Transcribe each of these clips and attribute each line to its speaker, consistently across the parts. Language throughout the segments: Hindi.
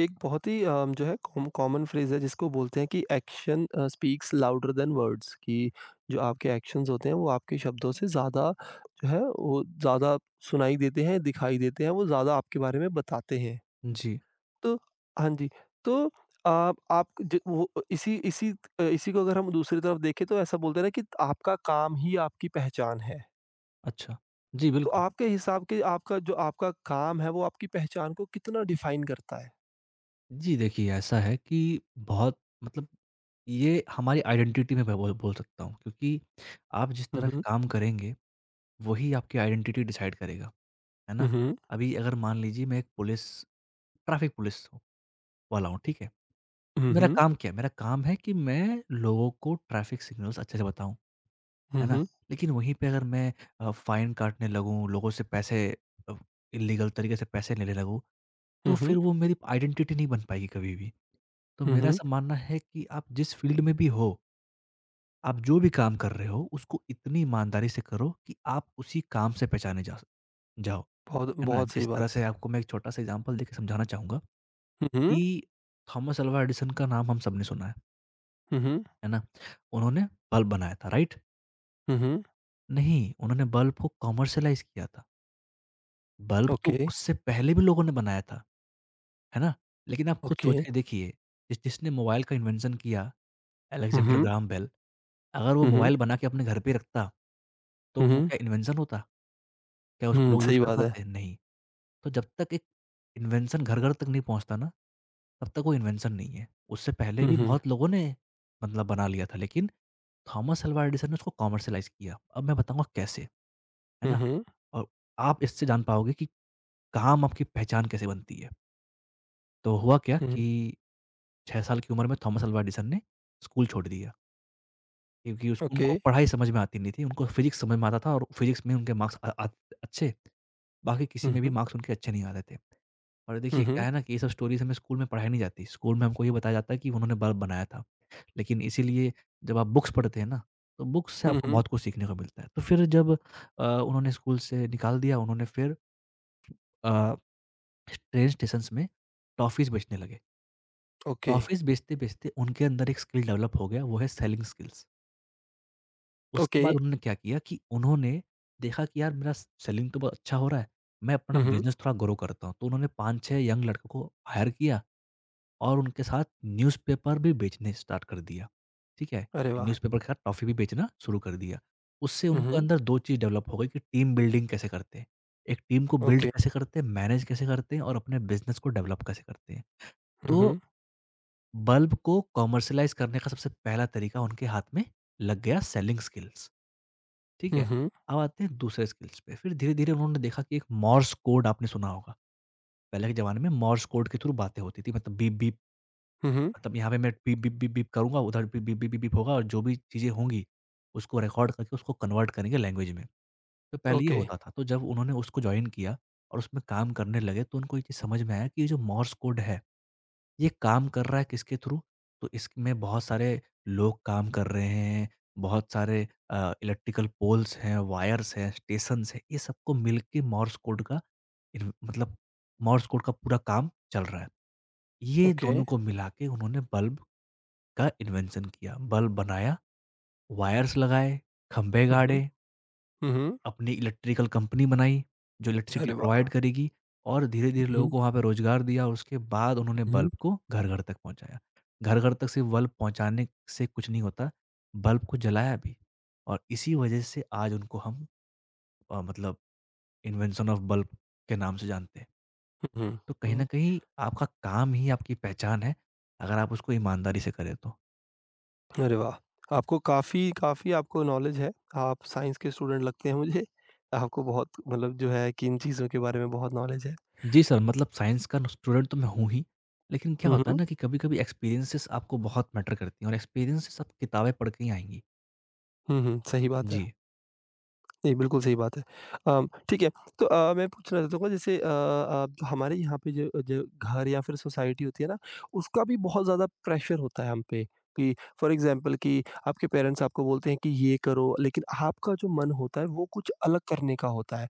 Speaker 1: एक बहुत ही जो है कॉमन फ्रेज़ है जिसको बोलते हैं कि action speaks louder than words कि जो आपके एक्शंस होते हैं वो आपके शब्दों से ज़्यादा जो है वो ज़्यादा सुनाई देते हैं, दिखाई देते हैं, वो ज़्यादा आपके बारे में बताते हैं।
Speaker 2: जी,
Speaker 1: तो हाँ जी, तो आप ज वो इसी इसी इसी को अगर हम दूसरी तरफ देखें तो ऐसा बोलते हैं ना कि आपका काम ही आपकी पहचान है।
Speaker 2: अच्छा। जी,
Speaker 1: तो
Speaker 2: बिल्कुल।
Speaker 1: आपके हिसाब के आपका जो आपका काम है वो आपकी पहचान को कितना डिफ़ाइन करता है?
Speaker 2: जी, देखिए ऐसा है कि बहुत मतलब ये हमारी आइडेंटिटी में मैं बोल बोल सकता हूँ क्योंकि आप जिस
Speaker 1: हुँ,
Speaker 2: तरह के
Speaker 1: हुँ।
Speaker 2: काम करेंगे, वही आपकी आइडेंटिटी डिसाइड करेगा, है ना?
Speaker 1: हुँ, हुँ।
Speaker 2: अभी अगर मान लीजिए मैं एक पुलिस ट्रैफ़िक पुलिस हूँ वाला हूँ, ठीक है? तो
Speaker 1: हुँ,
Speaker 2: मेरा
Speaker 1: हुँ।
Speaker 2: काम क्या है? मेरा काम है कि मैं लोगों को ट्रैफ़िक सिग्नल्स अच्छे से बताऊँ,
Speaker 1: हुँ,
Speaker 2: है ना?
Speaker 1: हुँ।
Speaker 2: लेकिन वहीं पे अगर मैं फ़ाइन काटने लगूँ, लोगों से पैसे अ, इल्लीगल तरीके से पैसे लेने लगूँ, तो
Speaker 1: हुँ, हुँ।
Speaker 2: फिर वो मेरी आइडेंटिटी नहीं बन पाएगी कभी भी। तो
Speaker 1: हुँ,
Speaker 2: मेरा
Speaker 1: हुँ।
Speaker 2: ऐसा मानना है कि आप जिस फ़ील्ड में भी हो, आप जो भी काम कर रहे हो, उसको इतनी ईमानदारी से करो कि आप उसी काम से पहचाने जा स जाओ,
Speaker 1: बहुत
Speaker 2: है ना?
Speaker 1: बहुत सही
Speaker 2: जिस तरह
Speaker 1: बात
Speaker 2: से
Speaker 1: है।
Speaker 2: आपको मैं एक छोटा-सा एग्ज़ाम्पल देके समझाना चाहूँगा
Speaker 1: हुँ, हुँ।
Speaker 2: कि थॉमस अल्वा एडिसन का नाम हम सबने सुना
Speaker 1: हुँ, हुँ।
Speaker 2: है ना? उन्होंने बल्ब बनाया था, राइट?
Speaker 1: हुँ, हुँ।
Speaker 2: नहीं, उन्होंने बल्ब को कमर्शियलाइज़ किया था। बल्ब तो
Speaker 1: ओके,
Speaker 2: उससे पहले भी लोगों ने बनाया था, है ना? लेकिन आप खुद
Speaker 1: ओके।
Speaker 2: सोच के देखिए, जिसने मोबाइल का इन्वेंशन किया,
Speaker 1: हुँ,
Speaker 2: अलेक्जेंडर
Speaker 1: हुँ।
Speaker 2: ग्राहम बेल, अगर वो
Speaker 1: हुँ, हुँ।
Speaker 2: मोबाइल बना के अपने घर पे रखता, तो
Speaker 1: हुँ,
Speaker 2: वो
Speaker 1: हुँ।
Speaker 2: क्या इन्वेंशन होता? क्या उसको
Speaker 1: हुँ,
Speaker 2: लोग यूज़
Speaker 1: सही
Speaker 2: कर
Speaker 1: बात है।
Speaker 2: पाते? नहीं। तो जब तक एक इन्वेंशन घर-घर तक नहीं पहुँचता ना, तब तक वो इन्वेंशन नहीं है। उससे पहले
Speaker 1: हुँ,
Speaker 2: भी
Speaker 1: हुँ।
Speaker 2: बहुत लोगों ने मतलब बना लिया था, लेकिन थॉमस अल्वा एडिसन ने उसको कमर्शियलाइज़ किया। अब मैं बताऊँगा कैसे, है
Speaker 1: हुँ,
Speaker 2: ना?
Speaker 1: हुँ।
Speaker 2: और आप इससे जान पाओगे कि काम आपकी पहचान कैसे बनती है। तो हुआ क्या
Speaker 1: हुँ, हुँ।
Speaker 2: कि 6 साल की उम्र में थॉमस अल्वा एडिसन ने स्कूल छोड़ दिया। क्योंकि उसको
Speaker 1: ओके।
Speaker 2: उनको पढ़ाई समझ में आती नहीं थी, उनको फिज़िक्स समझ में आता था और फिज़िक्स में उनके मार्क्स अ, आत अच्छे, बाकी किसी
Speaker 1: हुँ,
Speaker 2: में भी
Speaker 1: हुँ।
Speaker 2: मार्क्स उनके अच्छे नहीं आते थे। और
Speaker 1: हुँ,
Speaker 2: देखिए क्या
Speaker 1: हुँ।
Speaker 2: है ना कि ये सब स्टोरीज़ हमें स्कूल में पढ़ाई नहीं जाती, स्कूल में हमको ये बताया जाता है कि उन्होंने बल्ब बनाया था। लेकिन इसीलिए जब आप बुक्स पढ़ते हैं ना, तो बुक्स से
Speaker 1: हुँ,
Speaker 2: आपको
Speaker 1: हुँ।
Speaker 2: बहुत कुछ सीखने को मिलता है। तो फिर जब उन्होंने स्कूल से निकाल दिया, उन्होंने फिर अ, ट्रेन स्टेशंस में टॉफ़ीज़ बेचने लगे।
Speaker 1: ओके,
Speaker 2: टॉफ़ीज़ बेचते-बेचते उनके अंदर एक स्किल डेवलप हो गया, वो है सेलिंग स्किल्स। उसके
Speaker 1: ओके।
Speaker 2: बाद उन्होंने क्या किया कि उन्होंने देखा कि यार मेरा सेलिंग तो बहुत अच्छा हो रहा है, मैं अपना
Speaker 1: हुँ, हुँ।
Speaker 2: बिज़नेस थोड़ा ग्रो करता हूँ। तो उन्होंने 5-6 यंग लड़कों को हायर किया और उनके साथ न्यूज़पेपर भी बेचने स्टार्ट कर दिया, ठीक है?
Speaker 1: अरे वाह!
Speaker 2: न्यूज़पेपर के साथ टॉफ़ी भी बेचना शुरू कर दिया। उससे
Speaker 1: हुँ,
Speaker 2: उनको
Speaker 1: हुँ।
Speaker 2: अंदर 2 चीज़ डेवलप हो गई कि टीम बिल्डिंग कैसे करते हैं। एक टीम को बिल्ड
Speaker 1: ओके।
Speaker 2: कैसे करते हैं, मैनेज कैसे करते हैं और अपने बिज़नेस को डेवलप कैसे करते हैं।
Speaker 1: हुँ,
Speaker 2: तो
Speaker 1: हुँ।
Speaker 2: बल्ब को कमर्शियलाइज़ करने का सबसे पहला तरीका उनके हाथ में लग गया सेलिंग स्किल्स। ठीक
Speaker 1: हुँ,
Speaker 2: है?
Speaker 1: हुँ।
Speaker 2: अब आते हैं दूसरे स्किल्स पे, फिर धीरे-धीरे उन्होंने देखा कि एक मोर्स कोड आपने सुना होगा। पहले के ज़माने में मोर्स कोड के थ्रू बातें होती थी, मतलब बीप-बीप,
Speaker 1: हुँ, हुँ।
Speaker 2: मतलब यहाँ पे मैं बीप-बीप-बीप-बीप करूँगा, उधर बीप-बीप-बीप-बीप होगा और जो भी चीज़ें होंगी, उसको रिकॉर्ड करके उसको कन्वर्ट करेंगे लैंग्वेज में। तो पहले ये
Speaker 1: ओके,
Speaker 2: होता था, तो जब उन्होंने उसको जॉइन किया और उसमें काम करने लगे तो उनको ये चीज़ समझ में आया कि ये जो मोर्स कोड है ये काम कर रहा है किसके थ्रू? तो इसमें बहुत सारे लोग काम कर रहे हैं, बहुत सारे इलेक्ट्रिकल पोल्स हैं, वायर्स हैं, स्टेशंस हैं, ये सबको मिल के इन मतलब मोर्स कोड का पूरा काम चल रहा है। ये
Speaker 1: ओके।
Speaker 2: दोनों को मिला के उन्होंने बल्ब का इन्वेंशन किया। बल्ब बनाया, वायर्स लगाए, खंभे
Speaker 1: हुँ,
Speaker 2: गाड़े।
Speaker 1: हुँ। हुँ, हुँ।
Speaker 2: अपनी इलेक्ट्रिकल कंपनी बनाई, जो इलेक्ट्रिसिटी
Speaker 1: अरे वाह!
Speaker 2: प्रोवाइड करेगी और धीरे-धीरे
Speaker 1: हुँ,
Speaker 2: लोगों
Speaker 1: हुँ।
Speaker 2: को वहाँ पे रोज़गार दिया और उसके बाद उन्होंने
Speaker 1: हुँ, हुँ।
Speaker 2: बल्ब को घर-घर तक पहुँचाया। घर-घर तक सिर्फ़ बल्ब पहुँचाने से कुछ नहीं होता, बल्ब को जलाया भी और इसी वजह से आज उनको हम मतलब इन्वेंशन ऑफ बल्ब के नाम से जानते हैं।
Speaker 1: हुँ,
Speaker 2: तो कहीं
Speaker 1: हुँ।
Speaker 2: न
Speaker 1: हुँ।
Speaker 2: कहीं आपका काम ही आपकी पहचान है, अगर आप उसको ईमानदारी से करें तो।
Speaker 1: अरे वाह! आपको काफ़ी काफ़ी आपको नॉलेज है। आप साइंस के स्टूडेंट लगते हैं मुझे। आपको बहुत मतलब जो है कि इन चीज़ों के बारे में बहुत नॉलेज है।
Speaker 2: जी सर, मतलब साइंस का स्टूडेंट तो मैं हूँ ही, लेकिन क्या
Speaker 1: हुँ,
Speaker 2: होता है
Speaker 1: हुँ।
Speaker 2: ना कि कभी-कभी एक्सपीरियंसेस आपको बहुत मैटर करती हैं और एक्सपीरियंसेस आप किताबें पढ़ के ही आएँगी।
Speaker 1: हुँ, हुँ। सही बात है।
Speaker 2: जी।
Speaker 1: ये बिल्कुल सही बात है। ठीक है, तो मैं पूछना चाहता हूँ जैसे आप हमारे यहाँ पे जो जो घर या फिर सोसाइटी होती है ना, उसका भी बहुत ज़्यादा प्रेशर होता है हम पे कि फॉर एग्ज़ाम्पल कि आपके पेरेंट्स आपको बोलते हैं कि ये करो, लेकिन आपका जो मन होता है वो कुछ अलग करने का होता है।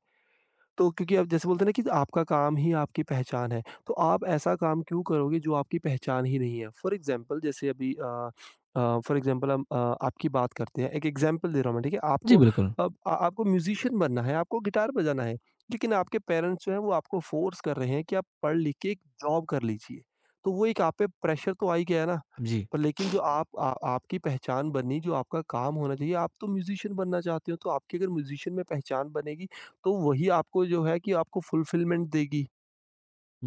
Speaker 1: तो क्योंकि आप जैसे बोलते हैं ना कि आपका काम ही आपकी पहचान है, तो आप ऐसा काम क्यों करोगे जो आपकी पहचान ही नहीं है? फॉर एग्ज़ाम्पल हम अ, आपकी बात करते हैं। एक एग्ज़ाम्पल दे रहा हूँ मैं, ठीक है?
Speaker 2: जी,
Speaker 1: आपको
Speaker 2: बिल्कुल।
Speaker 1: अब आपको म्यूज़िशियन बनना है, आपको गिटार बजाना है, लेकिन आपके पेरेंट्स जो हैं वो आपको फ़ोर्स कर रहे हैं कि आप पढ़ लिख के एक जॉब कर लीजिए। तो वो एक आप पे प्रेशर तो आ ही गया ना।
Speaker 2: जी।
Speaker 1: पर लेकिन जो आपकी पहचान बनी, जो आपका काम होना चाहिए, आप तो म्यूज़िशियन बनना चाहते हो, तो आपकी अगर म्यूज़िशियन में पहचान बनेगी, तो वही आपको जो है कि आपको फुलफ़िलमेंट देगी।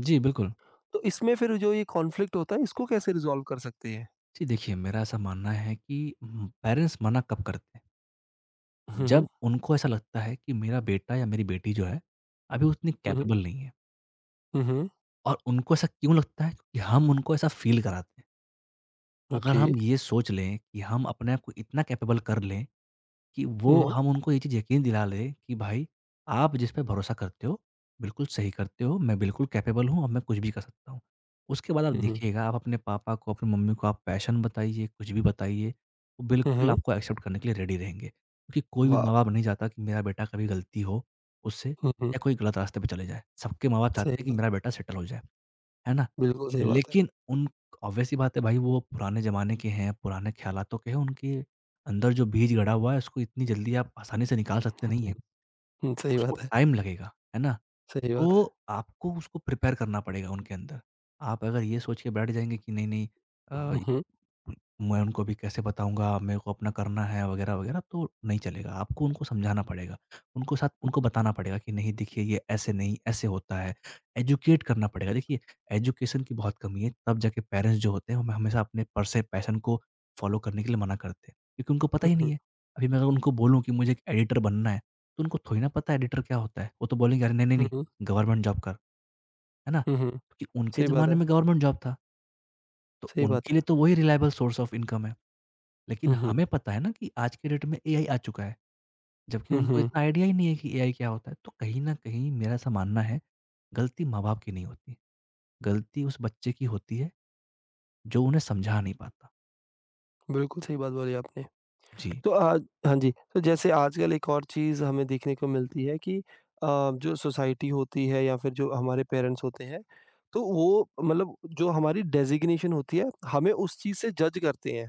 Speaker 2: जी, बिल्कुल।
Speaker 1: तो इसमें फिर जो ये कॉन्फ्लिक्ट होता है, इसको कैसे रिज़ॉल्व कर सकते हैं?
Speaker 2: जी, देखिए मेरा ऐसा मानना है कि पेरेंट्स मना कब करते हैं,
Speaker 1: हुँ, हुँ।
Speaker 2: जब उनको ऐसा लगता है कि मेरा बेटा या मेरी बेटी जो है, अभी उतनी
Speaker 1: हुँ, हुँ।
Speaker 2: कैपेबल नहीं है
Speaker 1: हुँ, हुँ।
Speaker 2: और उनको ऐसा क्यों लगता है कि हम उनको ऐसा फ़ील कराते हैं। अगर
Speaker 1: ओके।
Speaker 2: हम ये सोच लें कि हम अपने आप को इतना कैपेबल कर लें कि वो
Speaker 1: हुँ, हुँ।
Speaker 2: हम उनको ये चीज़ यकीन दिला लें कि भाई, आप जिस पे भरोसा करते हो, बिल्कुल सही करते हो, मैं बिल्कुल कैपेबल हूँ और मैं कुछ भी कर सकता हूँ। उसके बाद आप
Speaker 1: हुँ, हुँ।
Speaker 2: देखिएगा, आप अपने पापा को, अपनी मम्मी को आप पैशन बताइए, कुछ भी बताइए, वो
Speaker 1: हुँ,
Speaker 2: बिल्कुल
Speaker 1: हुँ।
Speaker 2: आपको एक्सेप्ट करने के लिए रेडी रहेंगे। क्योंकि कोई भी
Speaker 1: वाव!
Speaker 2: माँ-बाप नहीं चाहता कि मेरा बेटा कभी गलती हो उससे
Speaker 1: हुँ, हुँ।
Speaker 2: या कोई गलत रास्ते पे चले जाए। सबके माँ-बाप चाहते
Speaker 1: सही
Speaker 2: हैं कि
Speaker 1: बात।
Speaker 2: मेरा बेटा सेटल हो जाए। है ना?
Speaker 1: बिल्कुल सही बात है।
Speaker 2: लेकिन उन ऑब्वियस सी बात है भाई वो पुराने ज़माने के हैं, पुराने ख़्यालातों के हैं, उनके अंदर जो बीज गड़ा हुआ है उसको इतनी जल्दी आप आसानी से निकाल सकते
Speaker 1: हुँ,
Speaker 2: नहीं
Speaker 1: हुँ।
Speaker 2: हैं।
Speaker 1: हुँ, सही
Speaker 2: उसको
Speaker 1: बात है।
Speaker 2: टाइम लगेगा, है ना?
Speaker 1: सही बात है।
Speaker 2: तो आपको उसको प्रिपेयर करना पड़ेगा उनके अंदर। आप अगर ये सोच के बैठ जाएँगे कि नहीं, नहीं, अ,
Speaker 1: हुँ, हुँ।
Speaker 2: मैं उनको अभी कैसे बताऊँगा, मेरे को अपना करना है वगैरह-वगैरह तो नहीं चलेगा। आपको उनको समझाना पड़ेगा। उनको साथ
Speaker 1: हुँ,
Speaker 2: उनको
Speaker 1: हुँ।
Speaker 2: बताना पड़ेगा कि नहीं देखिए ये ऐसे नहीं, ऐसे होता है। एजुकेट करना पड़ेगा। देखिए एजुकेशन की बहुत कमी है तब जाके पेरेंट्स जो होते हैं हमें हमेशा अपने पर से पैशन को फ़ॉलो करने के लिए मना करते हैं, क्योंकि उनको पता ही नहीं है। अभी मैं अगर उनको बोलूँ कि मुझे एक एडिटर बनना है, तो उनको थोड़ी ना पता है एडिटर क्या होता है। वो तो बोलेंगे अरे नहीं, नहीं,
Speaker 1: हुँ,
Speaker 2: नहीं,
Speaker 1: हुँ।
Speaker 2: गवर्नमेंट जॉब कर, है ना?
Speaker 1: हुँ, हुँ।
Speaker 2: क्योंकि उनके
Speaker 1: सही बात
Speaker 2: ज़माने
Speaker 1: है।
Speaker 2: में गवर्नमेंट जॉब था, तो
Speaker 1: सही बात
Speaker 2: उनके लिए
Speaker 1: है।
Speaker 2: तो वही रिलायबल सोर्स ऑफ इनकम है। लेकिन
Speaker 1: हुँ, हुँ।
Speaker 2: हमें पता है ना कि आज के डेट में एआई आ चुका है, जबकि
Speaker 1: हुँ,
Speaker 2: उनको
Speaker 1: हुँ।
Speaker 2: इतना आइडिया ही नहीं है कि एआई क्या होता है। तो कहीं न कहीं मेरा ऐसा मानना है, गलती माँ-बाप की नहीं होती, गलती उस बच्चे की होती है जो उन्हें समझा नहीं पाता।
Speaker 1: बिल्कुल सही बात बोली आपने।
Speaker 2: जी,
Speaker 1: तो आज हाँ जी, तो जैसे आजकल एक और चीज़ हमें देखने को मिलती है कि अ, जो सोसाइटी होती है या फिर जो हमारे पेरेंट्स होते हैं, तो वो मतलब जो हमारी डेज़िग्नेशन होती है, हमें उस चीज़ से जज करते हैं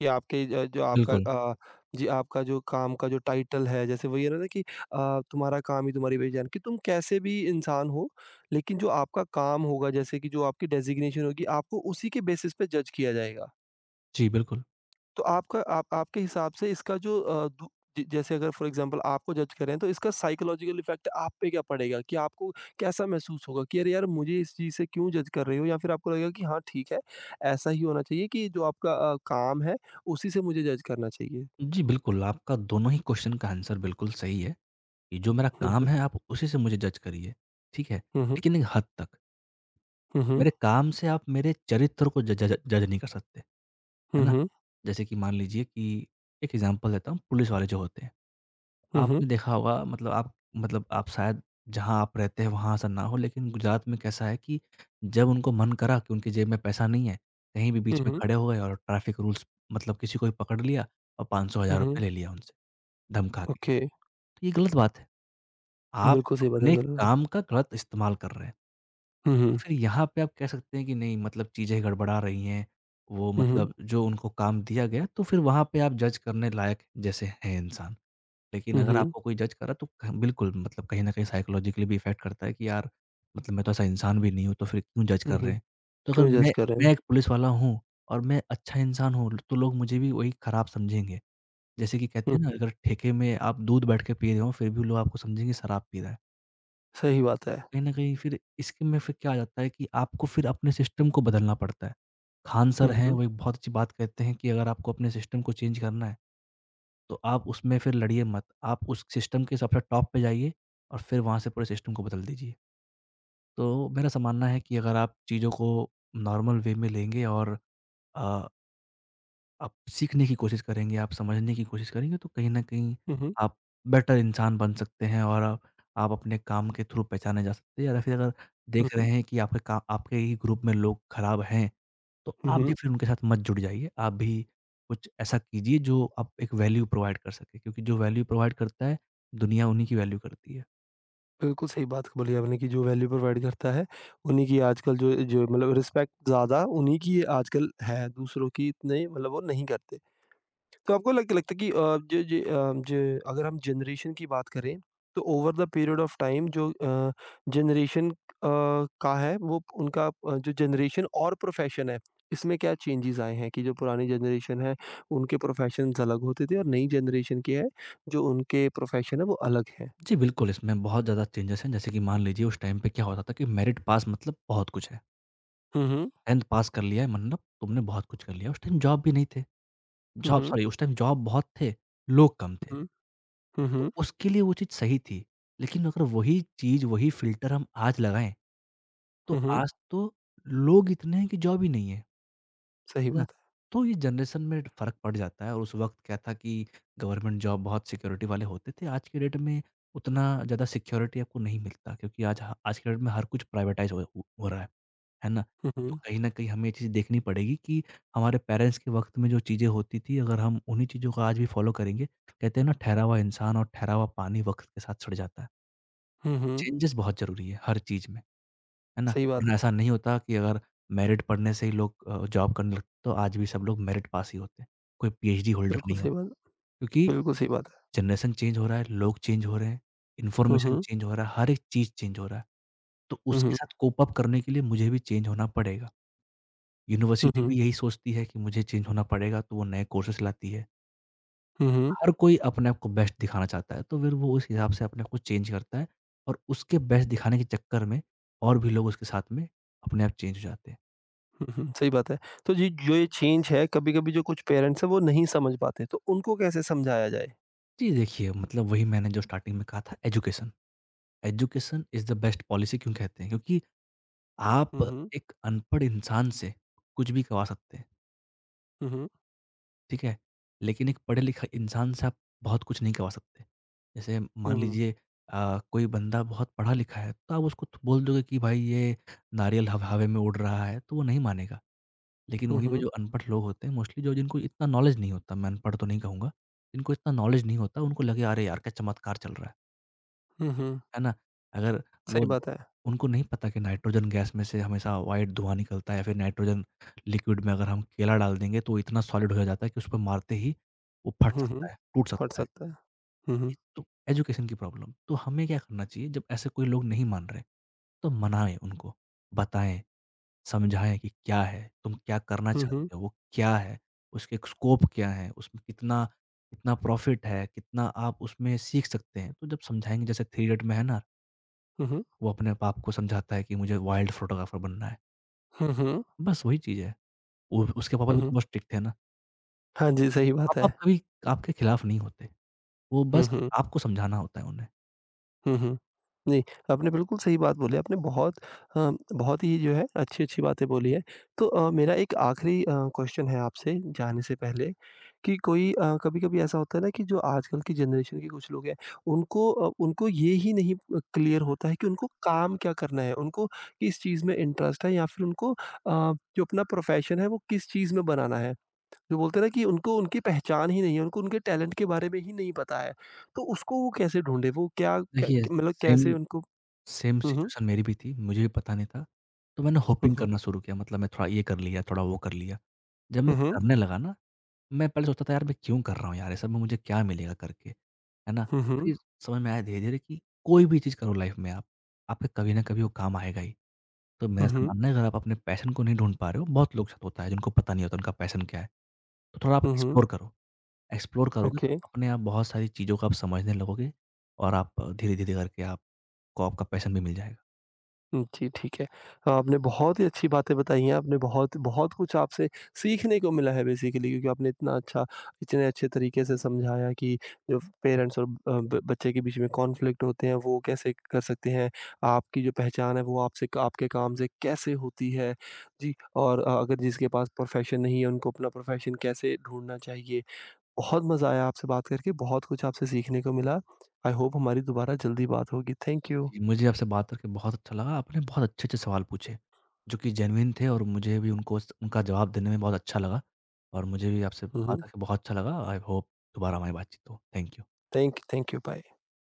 Speaker 1: कि आपके ज
Speaker 2: बिल्कुल।
Speaker 1: अ, जी आपका जो काम का जो टाइटल है, जैसे वही है ना कि तुम्हारा काम ही तुम्हारी पहचान कि तुम कैसे भी इंसान हो, लेकिन जो आपका काम होगा, जैसे कि जो आपकी डेज़िग्नेशन होगी, आपको उसी के बेसिस पे जज किया जाएगा।
Speaker 2: जी, बिल्कुल।
Speaker 1: तो आपका आप आपके हिसाब से इसका जो अ, दू ज जैसे अगर फॉर एग्ज़ाम्पल आपको जज करें तो इसका साइकोलॉजिकल इफ़ेक्ट आप पे क्या पड़ेगा? कि आपको कैसा महसूस होगा कि अरे यार मुझे इस चीज़ से क्यों जज कर रहे हो? या फिर आपको लगेगा कि हाँ ठीक है, ऐसा ही होना चाहिए कि जो आपका काम है उसी से मुझे जज करना चाहिए?
Speaker 2: जी, बिल्कुल, आपका दोनों ही क्वेश्चन का आंसर बिल्कुल सही है, कि जो मेरा
Speaker 1: हुँ,
Speaker 2: काम
Speaker 1: हुँ।
Speaker 2: है आप उसी से मुझे जज करिए, ठीक है?
Speaker 1: हुँ, हुँ।
Speaker 2: लेकिन एक हद तक,
Speaker 1: हुँ, हुँ।
Speaker 2: मेरे काम से आप मेरे चरित्र को ज ज जज नहीं कर सकते, है
Speaker 1: हुँ,
Speaker 2: ना?
Speaker 1: हुँ।
Speaker 2: जैसे कि मान लीजिए कि एक एग्ज़ाम्पल देता हूँ, पुलिस वाले जो होते हैं।
Speaker 1: हुँ, हुँ।
Speaker 2: आपने देखा होगा, मतलब आप शायद जहाँ आप रहते हैं वहाँ ऐसा ना हो, लेकिन गुजरात में कैसा है कि जब उनको मन करा कि उनकी जेब में पैसा नहीं है, कहीं भी
Speaker 1: हुँ,
Speaker 2: बीच में
Speaker 1: हुँ।
Speaker 2: खड़े हो गए और ट्रैफिक रूल्स मतलब किसी को भी पकड़ लिया और 500 हज़ार
Speaker 1: हुँ,
Speaker 2: रुपए
Speaker 1: हुँ।
Speaker 2: ले लिया उनसे धमका के।
Speaker 1: ओके,
Speaker 2: तो ये गलत बात है, आप
Speaker 1: बिल्कुल सही बात है
Speaker 2: अपने
Speaker 1: अगर
Speaker 2: काम का गलत इस्तेमाल कर रहे हैं।
Speaker 1: हुँ,
Speaker 2: तो
Speaker 1: हुँ।
Speaker 2: फिर यहाँ पे आप कह सकते हैं कि नहीं मतलब चीज़ें गड़बड़ा रही हैं, वो
Speaker 1: हुँ, हुँ।
Speaker 2: मतलब जो उनको काम दिया गया तो फिर वहाँ पे आप जज करने लायक जैसे हैं इंसान। लेकिन
Speaker 1: हुँ,
Speaker 2: अगर
Speaker 1: हुँ।
Speaker 2: आपको कोई जज कर रहा है, तो क बिल्कुल मतलब कहीं न कहीं साइकोलॉजिकली भी इफ़ेक्ट करता है कि यार मतलब मैं तो ऐसा इंसान भी नहीं हूँ, तो फिर क्यों जज
Speaker 1: हुँ,
Speaker 2: कर रहे
Speaker 1: हुँ।
Speaker 2: हैं। तो अगर
Speaker 1: क्यों जज
Speaker 2: मैं
Speaker 1: कर रहे हो?
Speaker 2: मैं एक पुलिस वाला हूँ और मैं अच्छा इंसान हूँ, तो लोग मुझे भी वही खराब समझेंगे। जैसे कि कहते
Speaker 1: हुँ,
Speaker 2: हैं ना
Speaker 1: हुँ।
Speaker 2: अगर ठेके में आप दूध बैठ के पी रहे हो, फिर भी लोग आपको समझेंगे शराब पी रहा है।
Speaker 1: सही बात है।
Speaker 2: कहीं न कहीं फिर इसके में फिर क्या आ जाता है कि आपको फिर अपने सिस्टम को बदलना पड़ता है। खान सर
Speaker 1: हुँ,
Speaker 2: हैं,
Speaker 1: हुँ।
Speaker 2: वो एक बहुत अच्छी बात कहते हैं कि अगर आपको अपने सिस्टम को चेंज करना है तो आप उसमें फिर लड़िए मत। आप उस सिस्टम के सबसे टॉप पे जाइए और फिर वहाँ से पूरे सिस्टम को बदल दीजिए। तो मेरा ऐसा मानना है कि अगर आप चीज़ों को नॉर्मल वे में लेंगे और अ आप सीखने की कोशिश करेंगे, आप समझने की कोशिश करेंगे तो कहीं न कहीं
Speaker 1: हुँ, हुँ।
Speaker 2: आप बेटर इंसान बन सकते हैं और आप अपने काम के थ्रू पहचाने जा सकते हैं या फिर अगर
Speaker 1: हुँ,
Speaker 2: देख
Speaker 1: हुँ।
Speaker 2: रहे हैं कि आपके ही ग्रुप में लोग खराब हैं, तो
Speaker 1: हुँ,
Speaker 2: आप
Speaker 1: हुँ।
Speaker 2: भी फिर उनके साथ मत जुड़ जाइए। आप भी कुछ ऐसा कीजिए जो आप एक वैल्यू प्रोवाइड कर सकें क्योंकि जो वैल्यू प्रोवाइड करता है, दुनिया उन्हीं की वैल्यू करती है।
Speaker 1: बिल्कुल सही बात बोली आपने कि जो वैल्यू प्रोवाइड करता है, उन्हीं की आजकल जो जो मतलब रिस्पेक्ट ज़्यादा उन्हीं की आजकल है, दूसरों की इतने मतलब वो नहीं करते। तो आपको लग लगता है कि जो जो अ, जो अगर हम जनरेशन की बात करें, तो over the period of time जो जनरेशन अ, का है वो उनका जो जनरेशन और प्रोफ़ेशन है, इसमें क्या चेंजेज़ आए हैं कि जो पुरानी जनरेशन है, उनके प्रोफ़ेशन्स अलग होते थे और नई जनरेशन की है, जो उनके प्रोफ़ेशन है वो अलग है?
Speaker 2: जी बिल्कुल, इसमें बहुत ज़्यादा चेंजेस हैं। जैसे कि मान लीजिए उस टाइम पे क्या होता था कि मेरिट पास मतलब बहुत कुछ है।
Speaker 1: हुँ, हुँ।
Speaker 2: 10th पास कर लिया है मतलब तुमने बहुत कुछ कर लिया। उस टाइम जॉब भी नहीं थे।
Speaker 1: हुँ,
Speaker 2: जॉब
Speaker 1: हुँ।
Speaker 2: सॉरी, उस टाइम जॉब बहुत थे, लोग कम थे।
Speaker 1: हुँ। हुँ,
Speaker 2: तो
Speaker 1: हुँ।
Speaker 2: उसके लिए वो चीज़ सही थी, लेकिन अगर वही चीज़, वही फ़िल्टर हम आज लगाएँ,
Speaker 1: हुँ,
Speaker 2: तो
Speaker 1: हुँ।
Speaker 2: आज तो लोग इतने हैं कि जॉब ही नहीं है।
Speaker 1: सही
Speaker 2: है ना?
Speaker 1: बात है।
Speaker 2: तो ये जनरेशन में फ़र्क पड़ जाता है। और उस वक़्त क्या था कि गवर्नमेंट जॉब बहुत सिक्योरिटी वाले होते थे, आज के डेट में उतना ज़्यादा सिक्योरिटी आपको नहीं मिलता, क्योंकि आज के डेट में हर कुछ प्राइवेटाइज़ हो रहा है ना?
Speaker 1: हुँ,
Speaker 2: तो
Speaker 1: हुँ।
Speaker 2: कहीं न कहीं हमें ये चीज़ देखनी पड़ेगी कि हमारे पेरेंट्स के वक़्त में जो चीज़ें होती थी, अगर हम उन्हीं चीज़ों को आज भी फ़ॉलो करेंगे, कहते हैं ना, ठहरा हुआ इंसान और ठहरा हुआ पानी वक़्त के साथ सड़ जाता है।
Speaker 1: हुँ, हुँ।
Speaker 2: चेंजेस बहुत ज़रूरी है हर चीज़ में। है ना?
Speaker 1: सही बात
Speaker 2: वरना
Speaker 1: है।
Speaker 2: ऐसा नहीं होता कि अगर मेरिट पढ़ने से ही लोग जॉब करने लगते तो आज भी सब लोग मेरिट पास ही होते हैं। कोई पीएचडी होल्डर
Speaker 1: बिल्कुल
Speaker 2: नहीं
Speaker 1: सही
Speaker 2: होता।
Speaker 1: बात
Speaker 2: क्योंकि
Speaker 1: बिल्कुल सही बात है।
Speaker 2: जनरेशन चेंज हो रहा है, लोग चेंज हो रहे हैं,
Speaker 1: हुँ,
Speaker 2: इन्फॉर्मेशन
Speaker 1: हुँ।
Speaker 2: चेंज हो रहा है, हर एक चीज़ चेंज हो रहा है। तो
Speaker 1: हुँ,
Speaker 2: उसके
Speaker 1: हुँ।
Speaker 2: साथ कोप अप करने के लिए मुझे भी चेंज होना पड़ेगा।
Speaker 1: हुँ,
Speaker 2: यूनिवर्सिटी
Speaker 1: हुँ।
Speaker 2: भी यही सोचती है कि मुझे चेंज होना पड़ेगा, तो वो नए कोर्सेज़ लाती है।
Speaker 1: हुँ, हुँ।
Speaker 2: हर कोई अपने आप को बेस्ट दिखाना चाहता है, तो फिर वो उस हिसाब से अपने आप को चेंज करता है और उसके बेस्ट दिखाने के चक्कर में और भी लोग उसके साथ में अपने आप चेंज हो जाते हैं।
Speaker 1: हुँ, हुँ। सही बात है। तो जी जो ये चेंज है कभी-कभी जो कुछ पेरेंट्स हैं वो नहीं समझ पाते, तो उनको कैसे समझाया जाए?
Speaker 2: जी, देखिए, मतलब वही मैंने जो स्टार्टिंग में कहा था, education. Education is the best policy क्यों कहते हैं? क्योंकि
Speaker 1: हुँ,
Speaker 2: आप
Speaker 1: हुँ।
Speaker 2: एक अनपढ़ इंसान से कुछ भी करवा सकते हैं,
Speaker 1: हुँ, हुँ।
Speaker 2: ठीक है? लेकिन एक पढ़े-लिखा इंसान से आप बहुत कुछ नहीं करवा सकते। जैसे
Speaker 1: हुँ,
Speaker 2: मान
Speaker 1: हुँ।
Speaker 2: लीजिए कोई बंदा बहुत पढ़ा-लिखा है, तो आप उसको थ बोल दोगे कि भाई ये नारियल हव हवा में उड़ रहा है, तो वो नहीं मानेगा। लेकिन
Speaker 1: हुँ,
Speaker 2: वहीं पे
Speaker 1: हुँ।
Speaker 2: जो अनपढ़ लोग होते हैं, मोस्टली जो जिनको इतना नॉलेज नहीं होता, मैं अनपढ़ तो नहीं कहूँगा, जिनको इतना नॉलेज नहीं होता, उनको लगे अरे यार! क्या चमत्कार चल रहा है।
Speaker 1: हुँ, हुँ।
Speaker 2: है ना? अगर वो
Speaker 1: सही बात है।
Speaker 2: उनको नहीं पता कि नाइट्रोजन गैस में से हमेशा व्हाइट धुआँ निकलता है या फिर नाइट्रोजन लिक्विड में अगर हम केला डाल देंगे तो इतना सॉलिड हो जाता है कि उस पर मारते ही वो फट
Speaker 1: हुँ, हुँ।
Speaker 2: सकता है, टूट
Speaker 1: फट
Speaker 2: सकता है।
Speaker 1: सकता है। हुँ, हुँ।
Speaker 2: ये तो एजुकेशन की प्रॉब्लम। तो हमें क्या करना चाहिए जब ऐसे कोई लोग नहीं मान रहे, तो मनाएँ उनको, बताएँ, समझाएँ कि क्या है, तुम क्या करना
Speaker 1: हुँ, हुँ।
Speaker 2: चाहते हो, वो क्या है, उसके स्कोप क्या है, उसमें कितना कितना प्रॉफ़िट है, कितना आप उसमें सीख सकते हैं। तो जब समझाएँगे, जैसे 3 इडियट में है ना,
Speaker 1: हुँ, हुँ।
Speaker 2: वो अपने पाप को समझाता है कि मुझे वाइल्ड फ़ोटोग्राफ़र बनना है।
Speaker 1: हुँ, हुँ।
Speaker 2: बस वही चीज़ है। उ उसके पापा
Speaker 1: हुँ,
Speaker 2: भी तो
Speaker 1: हुँ।
Speaker 2: बहुत स्ट्रिक्ट थे ना।
Speaker 1: हाँ जी, सही बात है।
Speaker 2: पापा कभी आपके खिलाफ नहीं होते। वो
Speaker 1: हुँ,
Speaker 2: बस
Speaker 1: हुँ।
Speaker 2: आपको समझाना होता है उन्हें।
Speaker 1: हुँ, हुँ। नहीं, आपने बिल्कुल सही बात बोली। आपने बहुत अ, बहुत ही जो है अच्छी-अच्छी बातें बोली हैं। तो मेरा एक आखिरी क्वेश्चन है आपसे जाने से पहले कि कोई कभी-कभी ऐसा होता है ना कि जो आजकल की जनरेशन के कुछ लोग हैं, उनको उनको ये ही नहीं क्लियर होता है कि उनको काम क्या करना है, उनको किस चीज़ में इंटरेस्ट है या फिर उनको जो अपना प्रोफ़ेशन है वो किस चीज़ में बनाना है। जो बोलते हैं ना कि उनको उनकी पहचान ही नहीं है, उनको उनके टैलेंट के बारे में ही नहीं पता है। तो उसको वो कैसे ढूँढे? वो क्या क्या
Speaker 2: देखिए,
Speaker 1: क्या- मतलब
Speaker 2: सेम
Speaker 1: कैसे उनको
Speaker 2: सेम
Speaker 1: हुँ, हुँ।
Speaker 2: सिचुएशन मेरी भी थी। मुझे भी पता नहीं था। तो मैंने
Speaker 1: हुँ,
Speaker 2: होपिंग
Speaker 1: हुँ।
Speaker 2: करना शुरू किया, मतलब मैं थोड़ा ये कर लिया, थोड़ा वो कर लिया। जब
Speaker 1: हुँ,
Speaker 2: मैं
Speaker 1: हुँ।
Speaker 2: करने लगा ना, मैं पहले सोचता था यार मैं क्यों कर रहा हूँ, यार ये सब में मुझे क्या मिलेगा करके, है ना?
Speaker 1: हुँ, हुँ।
Speaker 2: फिर समझ में आया धीरे-धीरे कि कोई भी चीज़ करो लाइफ़ में आप, आपके कभी ना कभी वो काम आएगा ही। तो मेरा
Speaker 1: हुँ,
Speaker 2: ऐसा
Speaker 1: हुँ।
Speaker 2: मानना है, अगर आप अपने पैशन को नहीं ढूँढ पा रहे हो, बहुत लोग के साथ होता है जिनको पता नहीं होता उनका पैशन क्या है। तो थोड़ा आप
Speaker 1: हुँ, हुँ।
Speaker 2: एक्सप्लोर करो, एक्सप्लोर करोगे तो
Speaker 1: ओके।
Speaker 2: आप अपने आप बहुत सारी चीज़ों को आप समझने लगोगे और आप धीरे-धीरे करके आपको आपका पैशन भी मिल जाएगा।
Speaker 1: हुँ, जी, ठीक है। तो आपने बहुत ही अच्छी बातें बताई हैं, आपने बहुत बहुत कुछ आपसे सीखने को मिला है बेसिकली क्योंकि आपने इतना अच्छा इतने अच्छे तरीके से समझाया कि जो पेरेंट्स और ब बच्चे के बीच में कॉन्फ्लिक्ट होते हैं, वो कैसे कर सकते हैं। आपकी जो पहचान है, वो आपसे आपके काम से कैसे होती है। जी, और अगर जिसके पास प्रोफ़ेशन नहीं है, उनको अपना प्रोफ़ेशन कैसे ढूँढना चाहिए। बहुत मज़ा आया आपसे बात करके, बहुत कुछ आपसे सीखने को मिला। आई होप हमारी दोबारा जल्दी बात होगी। Thank you.
Speaker 2: जी, मुझे आपसे बात करके बहुत अच्छा लगा, आपने बहुत अच्छे-अच्छे सवाल पूछे, जो कि जेनुइन थे और मुझे भी उनको स उनका जवाब देने में बहुत अच्छा लगा और मुझे भी आपसे
Speaker 1: हुँ,
Speaker 2: बात
Speaker 1: हुँ।
Speaker 2: करके बहुत अच्छा लगा। आई होप दोबारा हमारी बातचीत हो। Thank you.
Speaker 1: Thank thank you, bye.